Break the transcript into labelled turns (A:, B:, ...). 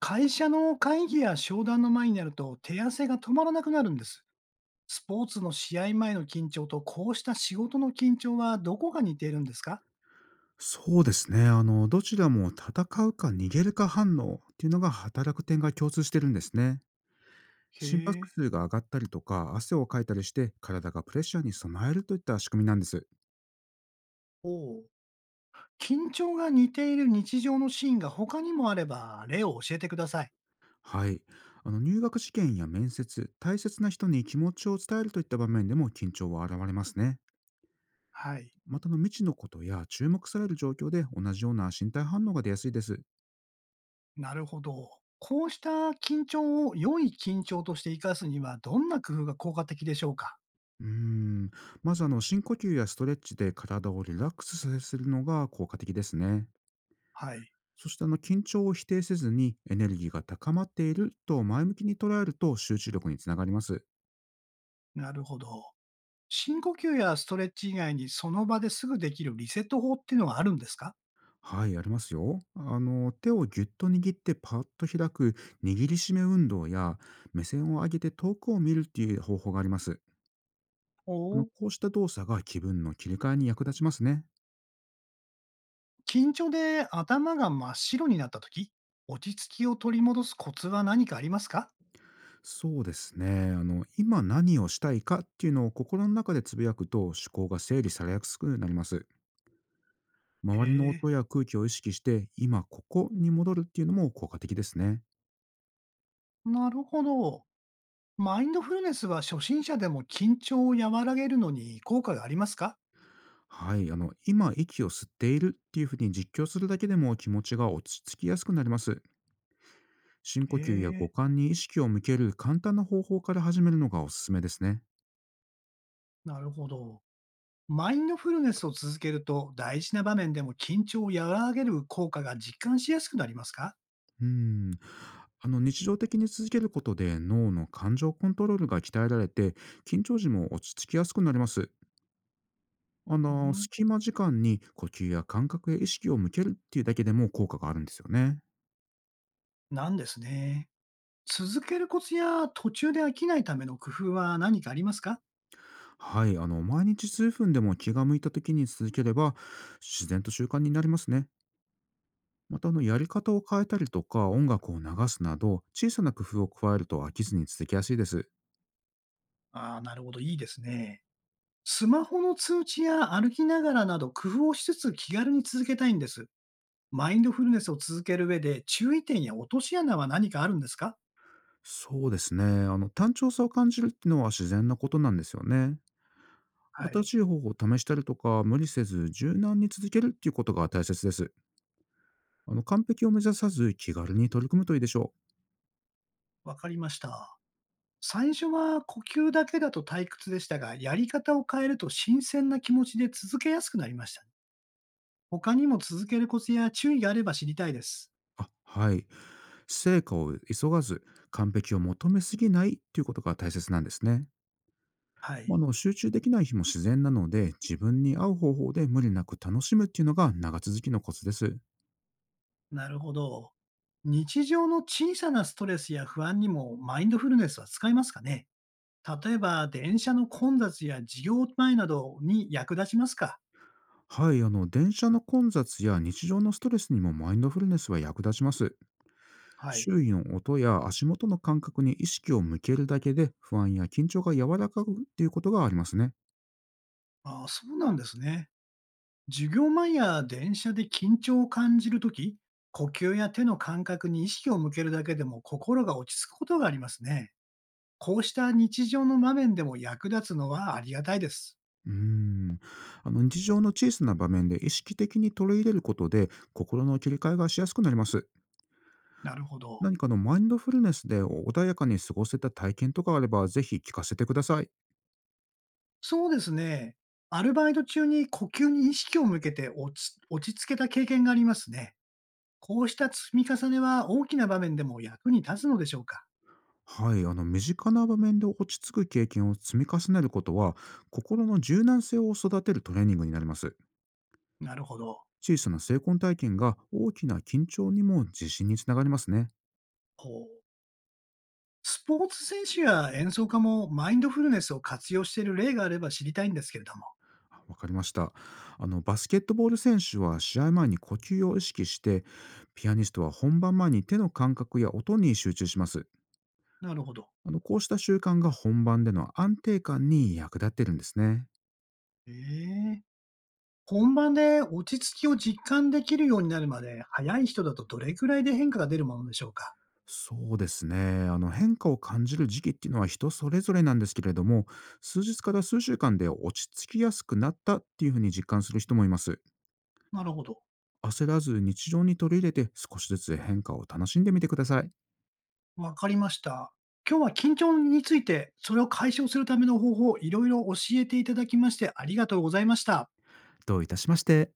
A: 会社の会議や商談の前になると手汗が止まらなくなるんです。スポーツの試合前の緊張とこうした仕事の緊張はどこが似ているんですか？
B: そうですね。どちらも戦うか逃げるか反応っていうのが働く点が共通してるんですね。心
A: へ
B: 拍
A: え。
B: 数が上がったりとか、汗をかいたりして、体がプレッシャーに備えるといった仕組みなんです。
A: おう。緊張が似ている日常のシーンが他にもあれば例を教えてください。
B: はい。入学試験や面接、大切な人に気持ちを伝えるといった場面でも緊張は現れますね。
A: はい。
B: また未知のことや注目される状況で同じような身体反応が出やすいです。
A: なるほど。こうした緊張を良い緊張として活かすにはどんな工夫が効果的でしょうか？
B: うーん。まず深呼吸やストレッチで体をリラックスさせるのが効果的ですね。
A: はい。
B: そして緊張を否定せずにエネルギーが高まっていると前向きに捉えると集中力につながります。
A: なるほど。深呼吸やストレッチ以外にその場ですぐできるリセット法っていうのはあるんですか？
B: はい、ありますよ。手をぎゅっと握ってパッと開く握りしめ運動や、目線を上げて遠くを見るっていう方法があります。
A: お。
B: こうした動作が気分の切り替えに役立ちますね。
A: 緊張で頭が真っ白になった時、落ち着きを取り戻すコツは何かありますか？
B: そうですね。今何をしたいかっていうのを心の中でつぶやくと、思考が整理されやすくなります。
A: へ
B: 周りの
A: え、
B: 音や空気を意識して、今ここに戻るっていうのも効果的ですね。
A: なるほど。マインドフルネスは初心者でも緊張を和らげるのに効果がありますか？
B: はい、今息を吸っているっていうふうに実況するだけでも、気持ちが落ち着きやすくなります。深
A: へ
B: 呼吸や
A: え、
B: 五感に意識を向ける簡単な方法から始めるのがおすすめですね。
A: なるほど。マインドフルネスを続けると大事な場面でも緊張を和らげる効果が実感しやすくなりますか？
B: うん。日常的に続けることで、脳の感情コントロールが鍛えられて、緊張時も落ち着きやすくなります。
A: うん、
B: 隙間時間に呼吸や感覚へ意識を向けるっていうだけでも効果があるんですよね。
A: なんですね。続けるコツや途中で飽きないための工夫は何かありますか？
B: はい、毎日数分でも気が向いた時に続ければ、自然と習慣になりますね。またやり方を変えたりとか、音楽を流すなど小さな工夫を加えると飽きずに続きやすいです。
A: ああー、なるほど。いいですね。スマホの通知や歩きながらなど工夫をしつつ気軽に続けたいんです。マインドフルネスを続ける上で注意点や落とし穴は何かあるんですか？
B: そうですね。単調さを感じるっていうのは自然なことなんですよね。
A: はい。
B: 新しい方法を試したりとか、無理せず柔軟に続けるっていうことが大切です。完璧を目指さず気軽に取り組むといいでしょ
A: わかりました。最初は呼吸だけだと退屈でしたが、やり方を変えると新鮮な気持ちで続けやすくなりましたね。他にも続けるコツや注意があれば知りたいです。
B: う。あ、はい。成果を急がず、完璧を求めすぎないっていうことが大切なんですね。
A: はい。
B: 集中できない日も自然なので、自分に合う方法で無理なく楽しむっていうのが長続きのコツです。
A: なるほど。日常の小さなストレスや不安にもマインドフルネスは使いますかね？例えば、電車の混雑や授業前などに役立ちますか？
B: はい、電車の混雑や日常のストレスにもマインドフルネスは役立ちます。
A: はい。
B: 周囲の音や足元の感覚に意識を向けるだけで、不安や緊張が和らかくっていうことがありますね。
A: ああ、そうなんですね。授業前や電車で緊張を感じるとき、呼吸や手の感覚に意識を向けるだけでも心が落ち着くことがありますね。こうした日常の場面でも役立つのはありがたいです。
B: うーん。日常の小さな場面で意識的に取り入れることで、心の切り替えがしやすくなります。
A: なるほど。
B: 何かのマインドフルネスで穏やかに過ごせた体験とかあれば、ぜひ聞かせてください。
A: そうですね。アルバイト中に呼吸に意識を向けて落ち着けた経験がありますね。こうした積み重ねは大きな場面でも役に立つのでしょうか？
B: はい、身近な場面で落ち着く経験を積み重ねることは、心の柔軟性を育てるトレーニングになります。
A: なるほど。
B: 小さな成婚体験が大きな緊張にも自信につながりますね。
A: ほう。スポーツ選手や演奏家もマインドフルネスを活用している例があれば知りたいんですけれども。
B: あ、わかりました。バスケットボール選手は試合前に呼吸を意識して、ピアニストは本番前に手の感覚や音に集中します。
A: なるほど。
B: こうした習慣が本番での安定感に役立ってるんですね。
A: ええ。本番で落ち着きを実感できるようになるまで、早い人だとどれくらいで変化が出るものでしょうか。
B: そうですね。変化を感じる時期っていうのは人それぞれなんですけれども、数日から数週間で落ち着きやすくなったっていうふうに実感する人もいます。
A: なるほど。
B: 焦らず日常に取り入れて、少しずつ変化を楽しんでみてください。
A: わかりました。今日は緊張について、それを解消するための方法、いろいろ教えていただきましてありがとうございました。
B: どういたしまして。